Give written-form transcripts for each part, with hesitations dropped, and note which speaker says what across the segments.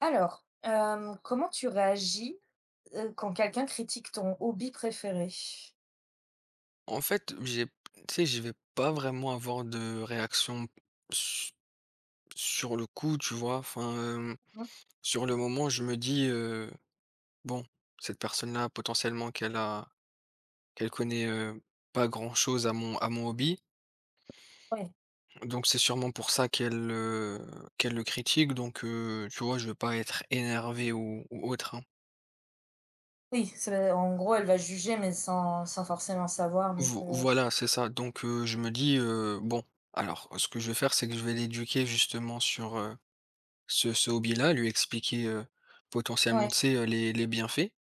Speaker 1: Alors, comment tu réagis, quand quelqu'un critique ton hobby préféré?
Speaker 2: En fait, j'ai tu sais, je vais pas vraiment avoir de réaction s sur le coup, tu vois? Enfin,
Speaker 1: Mmh,
Speaker 2: sur le moment, je me dis: «Bon, cette personne-là, potentiellement qu'elle connaît, pas grand-chose à mon hobby,
Speaker 1: ouais.
Speaker 2: donc c'est sûrement pour ça qu'elle le critique», donc tu vois? Je vais pas être énervé ou autre, hein.
Speaker 1: Oui, c'est en gros, elle va juger, mais sans forcément savoir,
Speaker 2: Vo voilà, c'est ça, donc je me dis: «Bon», alors ce que je vais faire, c'est que je vais l'éduquer justement sur ce hobby-là, lui expliquer, potentiellement, tu
Speaker 1: ouais,
Speaker 2: sais, les bienfaits,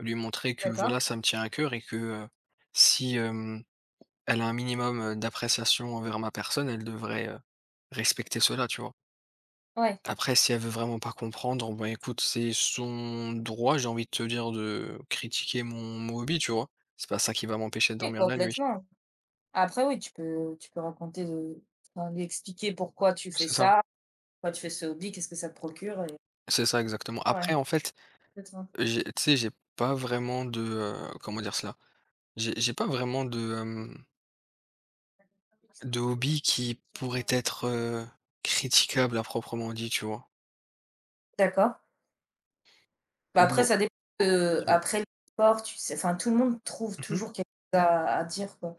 Speaker 2: lui montrer que
Speaker 1: d'accord.
Speaker 2: voilà, ça me tient à cœur et que, si, hem, elle a un minimum, d'appréciation envers ma personne, elle devrait, respecter cela, tu vois?
Speaker 1: Ouais,
Speaker 2: Après si elle veut vraiment pas comprendre, bah, écoute, c'est son droit, j'ai envie de te dire, de critiquer mon hobby, tu vois? C'est pas ça qui va m'empêcher de
Speaker 1: oui,
Speaker 2: dormir la nuit.
Speaker 1: complètement. Après, oui, tu peux raconter de enfin, lui expliquer pourquoi tu fais
Speaker 2: C'est ça,
Speaker 1: ça, pourquoi tu fais ce hobby, qu'est-ce que ça te procure et
Speaker 2: c'est ça exactement.
Speaker 1: ouais, ouais,
Speaker 2: Après en fait,
Speaker 1: complètement.
Speaker 2: j'ai tu sais, j'ai pas vraiment de, comment dire cela? J'ai pas vraiment de, hobby qui pourrait être, critiquable à proprement dit, tu vois?
Speaker 1: D'accord. Bah, après
Speaker 2: Non,
Speaker 1: ça dépend,
Speaker 2: non.
Speaker 1: après le sport, tu sais enfin tout le monde trouve
Speaker 2: Mmh.
Speaker 1: toujours quelque chose à dire quoi.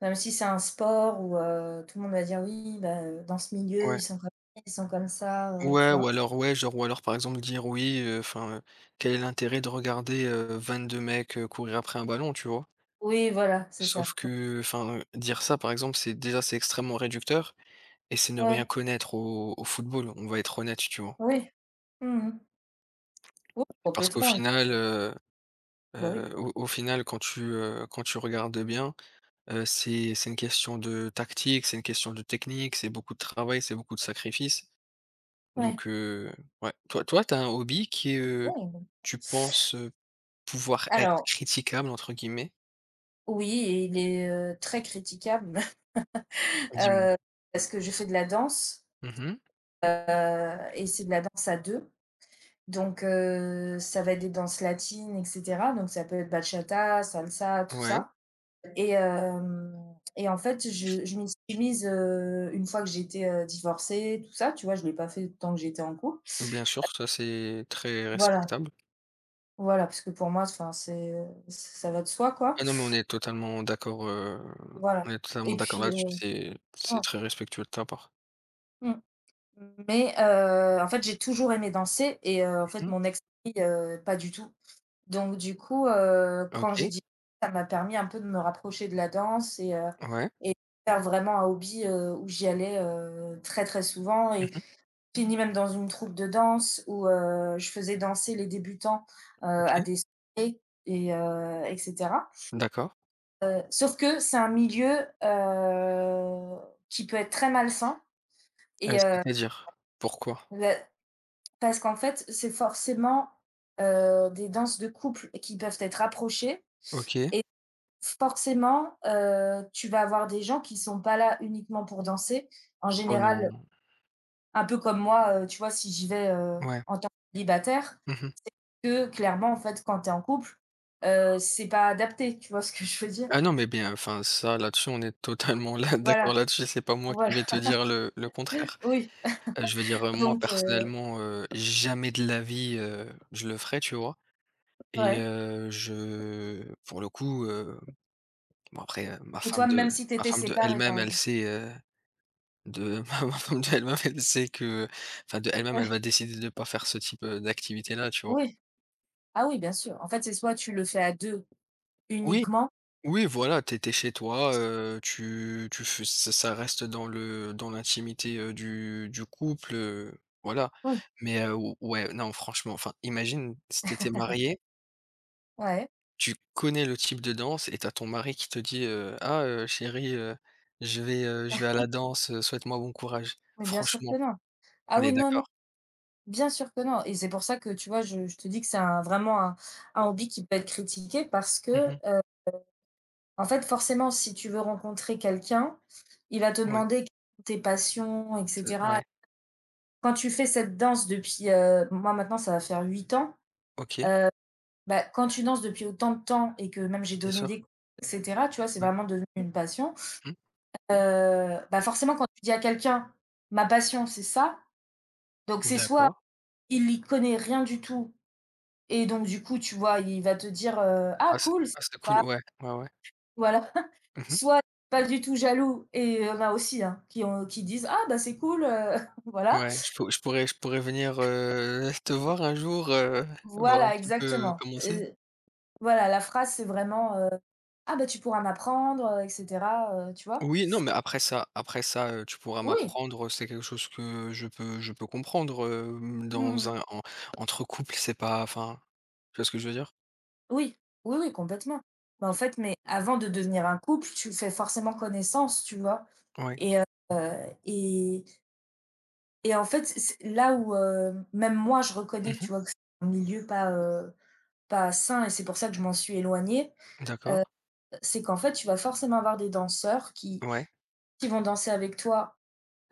Speaker 1: Même si c'est un sport où, tout le monde va dire: «Oui, bah, dans ce milieu,
Speaker 2: Ouais.
Speaker 1: ils sont comme ci, ils sont comme ça»,
Speaker 2: Ouais
Speaker 1: tu
Speaker 2: ou
Speaker 1: vois?
Speaker 2: alors ouais, genre ou alors par exemple dire: «Oui, enfin, quel est l'intérêt de regarder 22 mecs, courir après un ballon?» tu vois?
Speaker 1: Oui, voilà, c'est ça.
Speaker 2: Sauf que, enfin, dire ça par exemple, c'est extrêmement réducteur et c'est ne rien
Speaker 1: Ouais,
Speaker 2: connaître au football, on va être honnête, tu vois?
Speaker 1: oui. Mmh. Oui,
Speaker 2: Parce qu'au
Speaker 1: complètement et puis,
Speaker 2: final,
Speaker 1: bah, oui.
Speaker 2: au final quand tu regardes bien. C'est une question de tactique, c'est une question de technique, c'est beaucoup de travail, c'est beaucoup de sacrifices.
Speaker 1: Ouais,
Speaker 2: Donc ouais. Toi, t'as un hobby qui est,
Speaker 1: ouais, bah
Speaker 2: tu penses, pouvoir être
Speaker 1: alors
Speaker 2: «critiquable» entre guillemets?
Speaker 1: oui et il est, très critiquable,
Speaker 2: Dis-moi?
Speaker 1: heu, parce que je fais de la danse,
Speaker 2: Mmh.
Speaker 1: heu et c'est de la danse à deux. Ça va être des danses latines et cetera, donc ça peut être bachata, salsa, tout
Speaker 2: Ouais,
Speaker 1: ça et hem et en fait, je m'y suis mise, une fois que j'étais, divorcée, tout ça, tu vois? Je ne l'ai pas fait tant que j'étais en couple.
Speaker 2: bien sûr, ça c'est très
Speaker 1: Voilà,
Speaker 2: respectable.
Speaker 1: voilà, parce que pour moi, enfin, c'est, ça va de soi, quoi.
Speaker 2: Ah non, mais on est totalement d'accord, on
Speaker 1: Voilà
Speaker 2: est totalement
Speaker 1: et
Speaker 2: d'accord
Speaker 1: puis,
Speaker 2: là-dessus,
Speaker 1: ouais,
Speaker 2: c'est très respectueux de ta part.
Speaker 1: mmh, mais en fait, j'ai toujours aimé danser et en fait,
Speaker 2: Mmh.
Speaker 1: mon ex, lui, pas du tout. Donc du coup, quand j'ai
Speaker 2: OK,
Speaker 1: dit ça m'a permis un peu de me rapprocher de la danse
Speaker 2: ouais.
Speaker 1: et faire vraiment un hobby, où j'y allais, très, très souvent
Speaker 2: Mmh
Speaker 1: et
Speaker 2: mh.
Speaker 1: fini même dans une troupe de danse où, je faisais danser les débutants, à
Speaker 2: OK,
Speaker 1: des soirées et cetera.
Speaker 2: d'accord.
Speaker 1: Sauf que c'est un milieu, qui peut être très malsain et
Speaker 2: C'est-à-dire? Pourquoi?
Speaker 1: bah, parce qu'en fait, c'est forcément, des danses de couple qui peuvent être rapprochées
Speaker 2: OK.
Speaker 1: et forcément, tu vas avoir des gens qui sont pas là uniquement pour danser. En
Speaker 2: Oh
Speaker 1: général,
Speaker 2: non.
Speaker 1: un peu comme moi, tu vois, si j'y vais,
Speaker 2: Ouais.
Speaker 1: en tant que célibataire,
Speaker 2: Mmh.
Speaker 1: que clairement, en fait, quand tu es en couple, c'est pas adapté, tu vois ce que je veux dire?
Speaker 2: Ah non, mais bien, enfin, ça, là-dessus, on est totalement là d'accord
Speaker 1: Voilà,
Speaker 2: là-dessus. C'est pas moi qui
Speaker 1: voilà,
Speaker 2: vais te dire le contraire.
Speaker 1: oui,
Speaker 2: Je veux dire, moi,
Speaker 1: donc heu,
Speaker 2: personnellement, jamais de la vie, je le ferai, tu vois. Et
Speaker 1: ouais
Speaker 2: je, pour le coup, bon, après, ma
Speaker 1: et toi, même si tu
Speaker 2: ma
Speaker 1: étais
Speaker 2: femme de
Speaker 1: séparé, par
Speaker 2: elle-même, elle
Speaker 1: exemple?
Speaker 2: sait, de, ma femme de elle-même, elle sait que, enfin, de elle-même, elle
Speaker 1: Ouais,
Speaker 2: va décider de pas faire ce type d'activité-là, tu vois.
Speaker 1: oui, ah oui, bien sûr. En fait, c'est soit tu le fais à 2
Speaker 2: Oui,
Speaker 1: uniquement
Speaker 2: oui, voilà. T'étais chez toi, tu fais ça, ça reste dans l'intimité, du couple, voilà.
Speaker 1: oui,
Speaker 2: Mais, ou ouais, non, franchement, enfin, imagine si
Speaker 1: ouais,
Speaker 2: tu connais le type de danse et t'as ton mari qui te dit: «Ah, chérie, je vais à la danse, souhaite-moi bon courage».
Speaker 1: mais bien sûr que
Speaker 2: Franchement,
Speaker 1: non.
Speaker 2: on
Speaker 1: Ah
Speaker 2: est
Speaker 1: oui, non, non.
Speaker 2: d'accord?
Speaker 1: Bien sûr que non et c'est pour ça que, tu vois, je te dis que c'est un vraiment un hobby qui peut être critiqué parce que,
Speaker 2: Mmh.
Speaker 1: heu, en fait, forcément, si tu veux rencontrer quelqu'un, il va te
Speaker 2: Ouais,
Speaker 1: demander quelles sont tes passions et
Speaker 2: c'est
Speaker 1: cetera.
Speaker 2: ouais,
Speaker 1: Quand tu fais cette danse depuis, moi, maintenant, ça va faire 8 ans,
Speaker 2: OK,
Speaker 1: heu, bah, quand tu danses depuis autant de temps et que même j'ai
Speaker 2: bien
Speaker 1: donné
Speaker 2: sûr,
Speaker 1: des cours et cetera, tu vois, c'est
Speaker 2: ouais.
Speaker 1: vraiment devenu une passion.
Speaker 2: Mmh.
Speaker 1: Bah, forcément, quand tu dis à quelqu'un: «Ma passion, c'est ça», donc c'est soit
Speaker 2: D'accord.
Speaker 1: il y connaît rien du tout. Et donc du coup, tu vois, il va te dire, «Ah
Speaker 2: Ah, c'est
Speaker 1: cool, c'est
Speaker 2: ah, c'est cool,
Speaker 1: sympa»,
Speaker 2: ouais, ouais, ouais.
Speaker 1: voilà.
Speaker 2: Mmh.
Speaker 1: Soit pas du tout jaloux et il y en a aussi, hein, qui ont qui disent: «Ah bah, c'est cool, voilà.
Speaker 2: Ouais, je pourrais venir, te voir un jour, voir un
Speaker 1: Voilà,
Speaker 2: petit peu
Speaker 1: exactement.
Speaker 2: comment c'est.
Speaker 1: Et voilà, la phrase, c'est vraiment, «Ah bah, tu pourras m'apprendre, et cetera», tu vois?
Speaker 2: Oui, non, mais après ça, tu pourras
Speaker 1: Oui.
Speaker 2: m'apprendre, c'est quelque chose que je peux comprendre, hem,
Speaker 1: Mmh
Speaker 2: dans un
Speaker 1: mh.
Speaker 2: en entre couples, c'est pas enfin, tu vois ce que je veux dire?
Speaker 1: Oui. Oui, oui, complètement. Bah, en fait, mais avant de devenir un couple, tu fais forcément connaissance, tu vois?
Speaker 2: Ouais.
Speaker 1: Et et en fait, c'est là où, même moi, je reconnais que,
Speaker 2: Mmh.
Speaker 1: tu vois, que c'est un milieu pas, pas sain et c'est pour ça que je m'en suis éloignée,
Speaker 2: D'accord.
Speaker 1: heu, c'est qu'en fait, tu vas forcément avoir des danseurs
Speaker 2: Ouais.
Speaker 1: qui vont danser avec toi,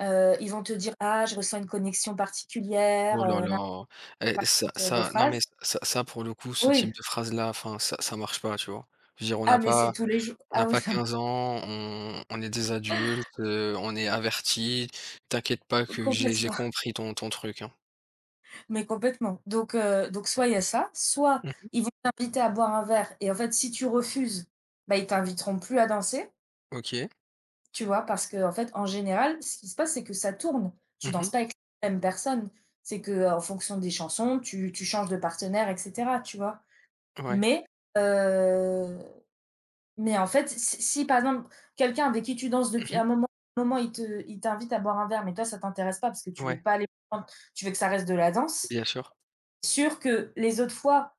Speaker 1: ils vont te dire: «Ah, je ressens une connexion particulière»,
Speaker 2: Oh là
Speaker 1: n'importe
Speaker 2: là, eh
Speaker 1: quoi,
Speaker 2: ça
Speaker 1: raconte, des
Speaker 2: ça non mais
Speaker 1: phrases.
Speaker 2: ça pour le coup, ce type
Speaker 1: Oui.
Speaker 2: de phrase là, enfin ça marche pas, tu vois? Je veux dire, on n'a
Speaker 1: Ah, mais c'est
Speaker 2: pas
Speaker 1: tous les jours.
Speaker 2: On n'a
Speaker 1: Ah oui,
Speaker 2: pas 15 ans, on est des adultes, on est avertis. T'inquiète pas
Speaker 1: non,
Speaker 2: que j'ai
Speaker 1: complètement,
Speaker 2: compris ton truc, hein.
Speaker 1: mais complètement. Donc soit il y a ça, soit
Speaker 2: Mmh.
Speaker 1: ils vont t'inviter à boire un verre et en fait, si tu refuses, bah, ils t'inviteront plus à danser.
Speaker 2: OK.
Speaker 1: Tu vois? Parce que en fait, en général, ce qui se passe, c'est que ça tourne. Tu
Speaker 2: Mmh.
Speaker 1: danses pas avec la même personne. C'est que en fonction des chansons, tu changes de partenaire et cetera, tu vois?
Speaker 2: Ouais.
Speaker 1: Mais, heu, mais en fait, si si par exemple, quelqu'un avec qui tu danses depuis
Speaker 2: Mmh.
Speaker 1: un moment, il t'invite à boire un verre, mais toi, ça t'intéresse pas parce que tu veux
Speaker 2: Ouais,
Speaker 1: pas aller prendre- tu veux que ça reste de la danse,
Speaker 2: bien sûr.
Speaker 1: sûr que les autres fois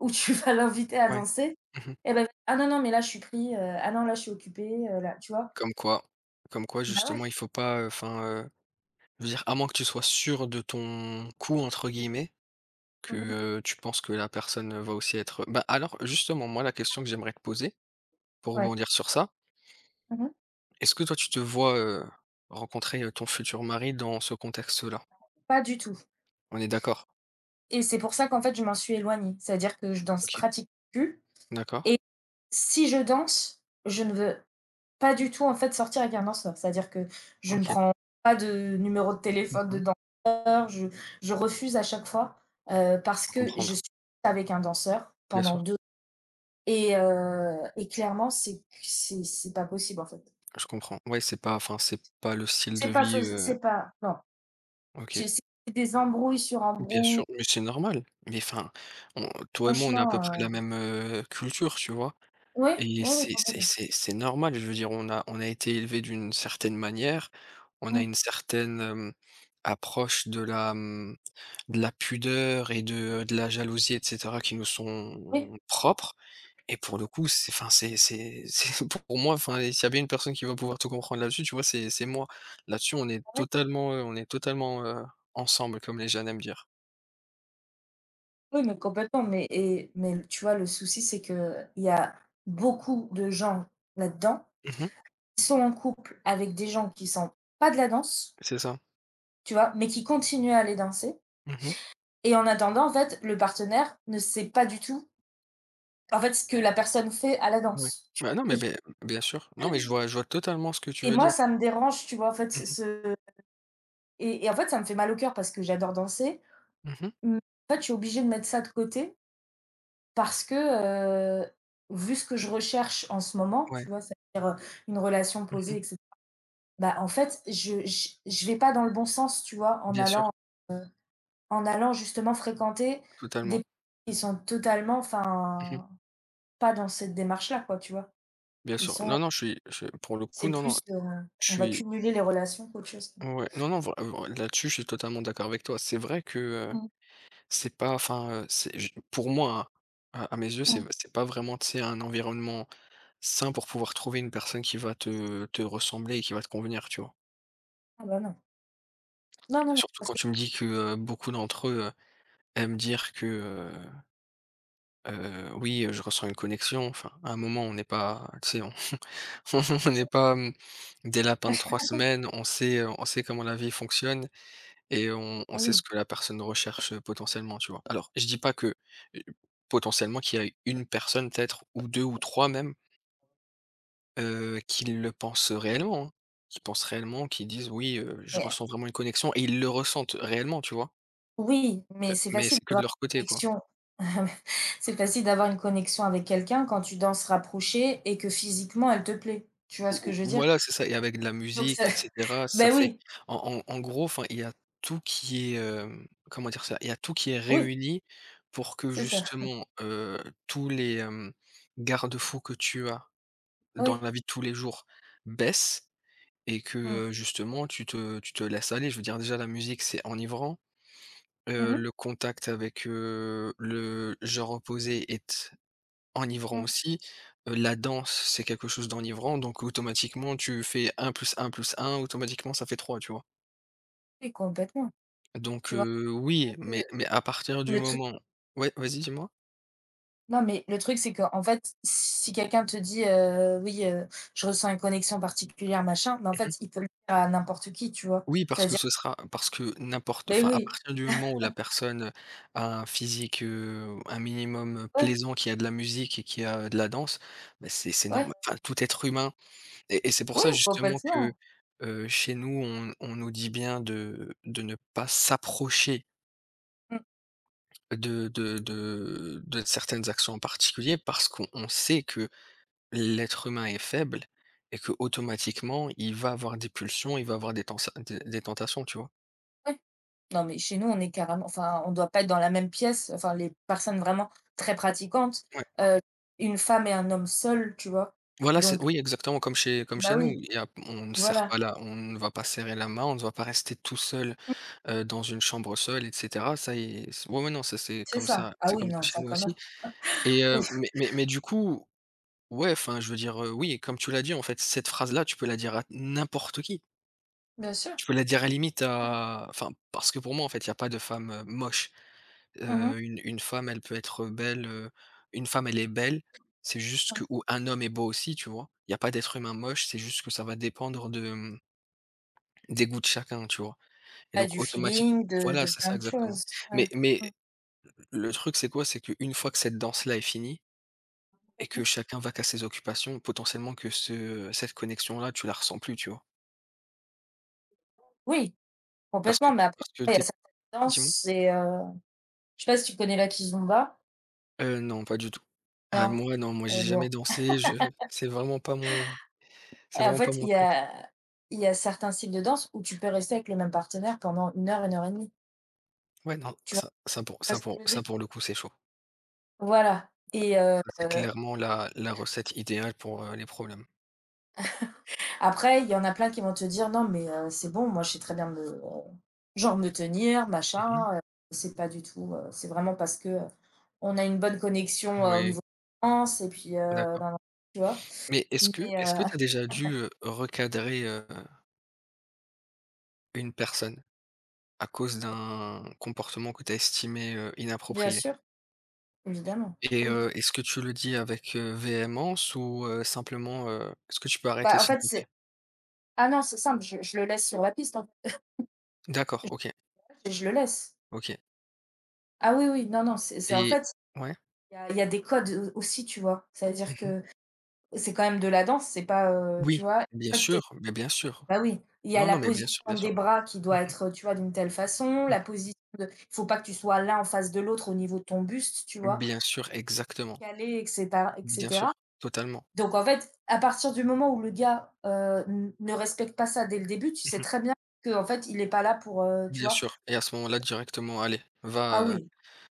Speaker 1: où tu vas l'inviter à
Speaker 2: Ouais.
Speaker 1: danser,
Speaker 2: Mmh.
Speaker 1: eh ben «Ah non, non, mais là, je suis pris, ah non, là, je suis occupé, là», tu vois?
Speaker 2: Comme quoi comme quoi
Speaker 1: Bah ouais.
Speaker 2: justement il faut pas, enfin, dire à moins que tu sois «sûr de ton coup» entre guillemets, que,
Speaker 1: Mmh.
Speaker 2: tu penses que la personne, va aussi être bah, alors justement moi la question que j'aimerais te poser, pour
Speaker 1: Ouais.
Speaker 2: rebondir sur ça,
Speaker 1: Mmh.
Speaker 2: est-ce que toi tu te vois, rencontrer, ton futur mari dans ce contexte-là?
Speaker 1: Pas du tout
Speaker 2: On est d'accord?
Speaker 1: et c'est pour ça qu'en fait je m'en suis éloignée. C'est-à-dire que je danse
Speaker 2: OK,
Speaker 1: pratique plus
Speaker 2: d'accord.
Speaker 1: et si je danse, je ne veux pas du tout en fait sortir avec un danseur. C'est-à-dire que je ne
Speaker 2: OK.
Speaker 1: prends pas de numéro de
Speaker 2: Mmh
Speaker 1: téléphone de
Speaker 2: mh.
Speaker 1: danseur, je refuse à chaque fois, parce que
Speaker 2: Comprendre,
Speaker 1: je suis avec un danseur
Speaker 2: bien
Speaker 1: pendant
Speaker 2: sûr,
Speaker 1: 2 et clairement c'est pas possible en fait.
Speaker 2: je comprends. Ouais, c'est pas enfin, c'est pas le style de
Speaker 1: C'est pas fais
Speaker 2: vie
Speaker 1: c'est pas non,
Speaker 2: OK,
Speaker 1: c'est des embrouilles sur
Speaker 2: bien
Speaker 1: embrouilles
Speaker 2: sûr, mais c'est normal. Mais enfin, on toi et moi, on a à
Speaker 1: franchement,
Speaker 2: peu près la même, culture, tu vois?
Speaker 1: ouais,
Speaker 2: Et
Speaker 1: ouais, ouais,
Speaker 2: c'est c'est
Speaker 1: complètement.
Speaker 2: c'est c'est normal, je veux dire, on a été élevé d'une certaine manière, on a
Speaker 1: Mmh,
Speaker 2: une certaine, hem, approche de la, de la pudeur et de la jalousie et cetera qui nous
Speaker 1: oui,
Speaker 2: sont propres et pour le coup, c'est enfin, c'est c'est pour moi, enfin, et s'il y a bien une personne qui va pouvoir tout comprendre là-dessus, tu vois, c'est moi. Là-dessus, on est
Speaker 1: oui.
Speaker 2: totalement, heu, on est totalement, heu, ensemble comme les jeunes aiment dire.
Speaker 1: Oui, mais complètement, mais et mais tu vois, le souci, c'est que il y a beaucoup de gens là-dedans
Speaker 2: Mmh mh,
Speaker 1: qui sont en couple avec des gens qui sont pas de la danse,
Speaker 2: c'est ça.
Speaker 1: tu vois? Mais qui continuent à aller danser
Speaker 2: Mmh
Speaker 1: et en attendant, en fait, le partenaire ne sait pas du tout, en fait, ce que la personne fait à la
Speaker 2: mh, ouais.
Speaker 1: danse.
Speaker 2: Bah, non, mais
Speaker 1: Et
Speaker 2: beh, bien sûr. Non, mais je vois totalement ce que tu
Speaker 1: et
Speaker 2: veux
Speaker 1: moi,
Speaker 2: dire.
Speaker 1: ça me dérange, tu vois? En fait,
Speaker 2: Mmh
Speaker 1: ce
Speaker 2: mh.
Speaker 1: ce et en fait, ça me fait mal au cœur parce que j'adore danser,
Speaker 2: Mmh mh.
Speaker 1: mais en fait, je suis obligée de mettre ça de côté. Parce que, vu ce que je recherche en ce moment,
Speaker 2: Ouais.
Speaker 1: tu vois? C'est-à-dire, une relation
Speaker 2: Mmh
Speaker 1: posée et
Speaker 2: mh.
Speaker 1: cett bah, en fait, je j je vais pas dans le bon sens, tu vois?
Speaker 2: Bien sûr,
Speaker 1: En allant justement fréquenter des
Speaker 2: totalement.
Speaker 1: personnes qui sont totalement
Speaker 2: Mmh mh.
Speaker 1: enfin, pas dans cette démarche-là, quoi, tu vois?
Speaker 2: Bien
Speaker 1: Ils
Speaker 2: sûr.
Speaker 1: sont
Speaker 2: Non, non, je suis je pour le coup,
Speaker 1: c'est
Speaker 2: non, non,
Speaker 1: plus,
Speaker 2: je
Speaker 1: on va
Speaker 2: suis
Speaker 1: cumuler les relations qu'autre chose.
Speaker 2: ouais, non, non, vra vra là-dessus, je suis totalement d'accord avec toi. C'est vrai que,
Speaker 1: Mmh
Speaker 2: c'est pas enfin, c'est j pour moi, hein, à mes yeux, c'est v
Speaker 1: mh.
Speaker 2: c'est pas vraiment, tu sais, un environnement sain pour pouvoir trouver une personne qui va te ressembler et qui va te convenir, tu vois?
Speaker 1: Ah bah, non. Non, non, non,
Speaker 2: Surtout
Speaker 1: ça
Speaker 2: quand
Speaker 1: c'est
Speaker 2: tu me dis que, beaucoup d'entre eux, aiment dire que oui, je ressens une connexion, enfin, à un moment, on n'est pas tu sais, on on n'est pas, des lapins de 3 semaines, on sait comment la vie fonctionne et on
Speaker 1: eh
Speaker 2: sait ce
Speaker 1: oui.
Speaker 2: que la personne recherche, potentiellement, tu vois? Alors, je dis pas que, heu, potentiellement qu'il y a une personne peut-être ou 2 ou 3 même, qui le pensent réellement, hein, qui pensent réellement, qui disent: «Oui, je ressens vraiment une connexion» et ils le ressentent réellement, tu vois?
Speaker 1: Oui, mais c'est
Speaker 2: Mais
Speaker 1: facile
Speaker 2: c'est que de
Speaker 1: d'avoir
Speaker 2: leur
Speaker 1: une
Speaker 2: côté, quoi.
Speaker 1: connexion c'est facile d'avoir une connexion avec quelqu'un quand tu danses rapprochée et que physiquement elle te plaît. Tu vois ce que
Speaker 2: Ou
Speaker 1: je veux
Speaker 2: ou
Speaker 1: dire?
Speaker 2: voilà, c'est ça et avec de la
Speaker 1: Donc ça
Speaker 2: musique et cetera, ça
Speaker 1: Ben
Speaker 2: fait
Speaker 1: oui,
Speaker 2: en gros, enfin, il y a tout qui est, hem, comment dire ça? Il y a tout qui est
Speaker 1: oui,
Speaker 2: réuni pour que
Speaker 1: c'est ça.
Speaker 2: justement, tous les, hem, garde-fous que tu as dans
Speaker 1: Oui.
Speaker 2: la vie de tous les jours baissent et que,
Speaker 1: Mmh.
Speaker 2: justement tu te laisses aller. Je veux dire déjà la musique, c'est enivrant,
Speaker 1: Mmh mh.
Speaker 2: le contact avec, le genre opposé est enivrant
Speaker 1: Mmh.
Speaker 2: aussi, la danse, c'est quelque chose d'enivrant, donc automatiquement tu fais un plus un plus un automatiquement ça fait trois, tu vois?
Speaker 1: Oui, complètement.
Speaker 2: Donc
Speaker 1: Tu vois pas
Speaker 2: oui,
Speaker 1: que
Speaker 2: mais à partir du
Speaker 1: le truc
Speaker 2: moment. Ouais, vas-y, dis-moi?
Speaker 1: non, mais le truc, c'est que en fait, si quelqu'un te dit, «Oui, je ressens une connexion particulière, machin», mais en
Speaker 2: Mmh.
Speaker 1: fait, il peut le dire à n'importe qui, tu vois?
Speaker 2: Oui, parce que
Speaker 1: C'est-à-dire
Speaker 2: ce sera parce que n'importe
Speaker 1: Ben
Speaker 2: enfin, à
Speaker 1: oui,
Speaker 2: partir du moment où la personne a un physique, un minimum
Speaker 1: ouais,
Speaker 2: plaisant, qui a de la musique et qui a de la danse, bah, c'est
Speaker 1: ouais,
Speaker 2: normal. Enfin, tout être humain et c'est pour
Speaker 1: oui,
Speaker 2: ça justement que,
Speaker 1: complètement.
Speaker 2: chez nous, on nous dit bien de ne pas s'approcher.
Speaker 1: Mmh,
Speaker 2: De certaines actions en particulier parce qu'on on sait que l'être humain est faible et que automatiquement il va avoir des pulsions, il va avoir des tensa des tentations, tu vois?
Speaker 1: ouais. Non, mais chez nous, on est carrément enfin, on doit pas être dans la même pièce, enfin, les personnes vraiment très pratiquantes,
Speaker 2: Ouais.
Speaker 1: heu, une femme et un homme seuls, tu vois?
Speaker 2: Voilà, c'est
Speaker 1: Donc
Speaker 2: oui, exactement comme chez comme
Speaker 1: bah,
Speaker 2: chez nous.
Speaker 1: oui,
Speaker 2: Il y a on ne serre
Speaker 1: voilà,
Speaker 2: pas là on ne va pas serrer la main, on ne va pas rester tout seul, dans une chambre seule et cetera. Ça et c ouais, ouais, non, ça, c'est
Speaker 1: c'est
Speaker 2: comme
Speaker 1: ça.
Speaker 2: ça,
Speaker 1: Ah
Speaker 2: c'est
Speaker 1: oui,
Speaker 2: comme ça
Speaker 1: non,
Speaker 2: chez
Speaker 1: ça
Speaker 2: nous
Speaker 1: quand même.
Speaker 2: aussi et
Speaker 1: Oui,
Speaker 2: mais mais du coup, ouais, enfin, je veux dire, oui, comme tu l'as dit, en fait, cette phrase-là, tu peux la dire à n'importe qui.
Speaker 1: bien sûr.
Speaker 2: Je peux la dire à limite à enfin, parce que pour moi, en fait, il y a pas de femme, moche.
Speaker 1: Mmh mh.
Speaker 2: Une femme, elle peut être belle, une femme, elle est belle, c'est juste
Speaker 1: Mmh.
Speaker 2: que ou un homme est beau aussi, tu vois? Il y a pas d'être humain moche, c'est juste que ça va dépendre de, des goûts de chacun, tu vois? Et
Speaker 1: Bah,
Speaker 2: donc
Speaker 1: du
Speaker 2: automatiquement
Speaker 1: feeling,
Speaker 2: voilà,
Speaker 1: de
Speaker 2: c'est
Speaker 1: plein
Speaker 2: ça
Speaker 1: de
Speaker 2: exactement.
Speaker 1: choses.
Speaker 2: Mais
Speaker 1: Ouais. Mmh.
Speaker 2: mais le truc, c'est quoi? C'est qu'une fois que cette danse-là est finie et que chacun va qu'à ses occupations, potentiellement que ce cette connexion-là, tu la ressens plus, tu vois?
Speaker 1: Oui,
Speaker 2: Parce que
Speaker 1: complètement, mais après
Speaker 2: parce que
Speaker 1: il y a
Speaker 2: t'es
Speaker 1: certaines danse,
Speaker 2: dis-moi?
Speaker 1: c'est, je sais pas si tu connais la kizomba?
Speaker 2: Non, pas du tout. Ah
Speaker 1: Non?
Speaker 2: moi non, moi
Speaker 1: Oh
Speaker 2: j'ai jamais
Speaker 1: bon.
Speaker 2: dansé, je c'est vraiment pas mon c'est
Speaker 1: Et en
Speaker 2: vraiment pas
Speaker 1: fait,
Speaker 2: mon truc.
Speaker 1: il y a certains styles de danse où tu peux rester avec le même partenaire pendant 1 heure, 1 heure et demie,
Speaker 2: Ouais, non,
Speaker 1: tu Tu vois ce que je veux dire?
Speaker 2: ça pour le coup, c'est chaud.
Speaker 1: Voilà et
Speaker 2: Ça, c'est clairement la recette idéale pour, les problèmes.
Speaker 1: après il y en a plein qui vont te dire: «Non mais c'est bon, moi je sais très bien me genre me tenir
Speaker 2: Mmh mh.
Speaker 1: machin, c'est pas du tout, c'est vraiment parce que, on a une bonne connexion, au
Speaker 2: Oui,
Speaker 1: niveau et puis, nan
Speaker 2: d'accord.
Speaker 1: nan», tu vois?
Speaker 2: Mais est-ce que
Speaker 1: Mais
Speaker 2: est-ce que tu as déjà dû, recadrer, une personne à cause d'un comportement que tu as estimé,
Speaker 1: bien
Speaker 2: inapproprié?
Speaker 1: sûr, évidemment.
Speaker 2: Et
Speaker 1: Oui.
Speaker 2: est-ce que tu le dis avec, véhémence ou simplement: «Est-ce que tu peux arrêter
Speaker 1: Bah, en
Speaker 2: s'il
Speaker 1: fait,
Speaker 2: te plaît?»
Speaker 1: c'est ah non, c'est simple, je le laisse sur la piste, en
Speaker 2: D'accord, OK,
Speaker 1: fait, et je le laisse.
Speaker 2: OK.
Speaker 1: Ah oui, oui, non, non, c'est en
Speaker 2: Et
Speaker 1: fait,
Speaker 2: ouais?
Speaker 1: il y a des codes, aussi, tu vois?
Speaker 2: Mmh
Speaker 1: C'est-à-dire
Speaker 2: mh.
Speaker 1: que. C'est quand même de la danse, c'est pas, tu
Speaker 2: Oui,
Speaker 1: vois?
Speaker 2: bien
Speaker 1: En fait, tu
Speaker 2: sûr,
Speaker 1: es
Speaker 2: mais bien sûr.
Speaker 1: bah, oui, il y a
Speaker 2: Non, non,
Speaker 1: la
Speaker 2: mais bien sûr, bien
Speaker 1: position
Speaker 2: sûr.
Speaker 1: des bras qui
Speaker 2: Mmh
Speaker 1: doit
Speaker 2: mh,
Speaker 1: être, tu vois, d'une telle façon,
Speaker 2: mmh.
Speaker 1: la position de il faut pas que tu sois l'un en face de l'autre au niveau de ton buste, tu vois?
Speaker 2: Bien sûr, exactement.
Speaker 1: Calé et cetera et
Speaker 2: Bien
Speaker 1: cetera.
Speaker 2: sûr, totalement.
Speaker 1: Donc en fait, à partir du moment où le gars, n ne respecte pas ça dès le début, tu
Speaker 2: Mmh
Speaker 1: sais
Speaker 2: mh.
Speaker 1: très bien qu'en fait, il est pas là pour, tu
Speaker 2: Bien
Speaker 1: vois?
Speaker 2: sûr et à ce moment-là directement: «Allez,
Speaker 1: Ah
Speaker 2: va,
Speaker 1: oui,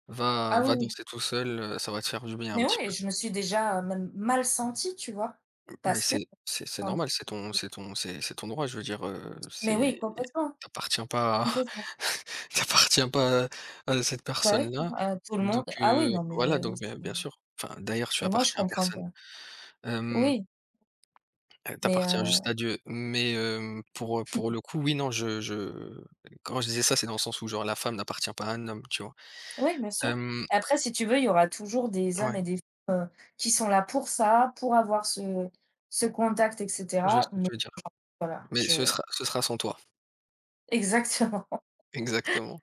Speaker 2: va
Speaker 1: ah oui,
Speaker 2: va
Speaker 1: oui.
Speaker 2: danser tout seul, ça va te faire du bien un
Speaker 1: Mais
Speaker 2: petit
Speaker 1: ouais,
Speaker 2: peu».
Speaker 1: je me suis déjà, même mal sentie, tu vois?
Speaker 2: Mais
Speaker 1: Parce que
Speaker 2: c'est
Speaker 1: enfin,
Speaker 2: normal, c'est ton droit, je veux dire,
Speaker 1: mais oui,
Speaker 2: c'est
Speaker 1: complètement,
Speaker 2: tu appartiens pas à
Speaker 1: complètement.
Speaker 2: tu appartiens pas à à cette
Speaker 1: Bah, oui,
Speaker 2: personne-là.
Speaker 1: à tout le
Speaker 2: Donc
Speaker 1: monde. Ah oui, non,
Speaker 2: voilà,
Speaker 1: mais
Speaker 2: donc
Speaker 1: c'est
Speaker 2: bien sûr. Enfin, d'ailleurs, tu
Speaker 1: et moi, je
Speaker 2: appartiens à
Speaker 1: comprends pas.
Speaker 2: personne. Hem
Speaker 1: Oui, mais
Speaker 2: Tu Juste à Dieu. Mais, hem, pour le coup, oui, non, je quand je disais ça, c'est dans le sens où genre la femme n'appartient pas à un homme, tu vois?
Speaker 1: oui, bien sûr.
Speaker 2: Hem,
Speaker 1: Après, si tu veux, il y aura toujours des hommes
Speaker 2: ouais,
Speaker 1: et des femmes, qui sont là pour ça, pour avoir ce ce contact et
Speaker 2: je vois
Speaker 1: cetera,
Speaker 2: ce que
Speaker 1: mais
Speaker 2: tu veux dire.
Speaker 1: voilà,
Speaker 2: Mais
Speaker 1: je
Speaker 2: ce sera sans toi.
Speaker 1: exactement.
Speaker 2: Exactement.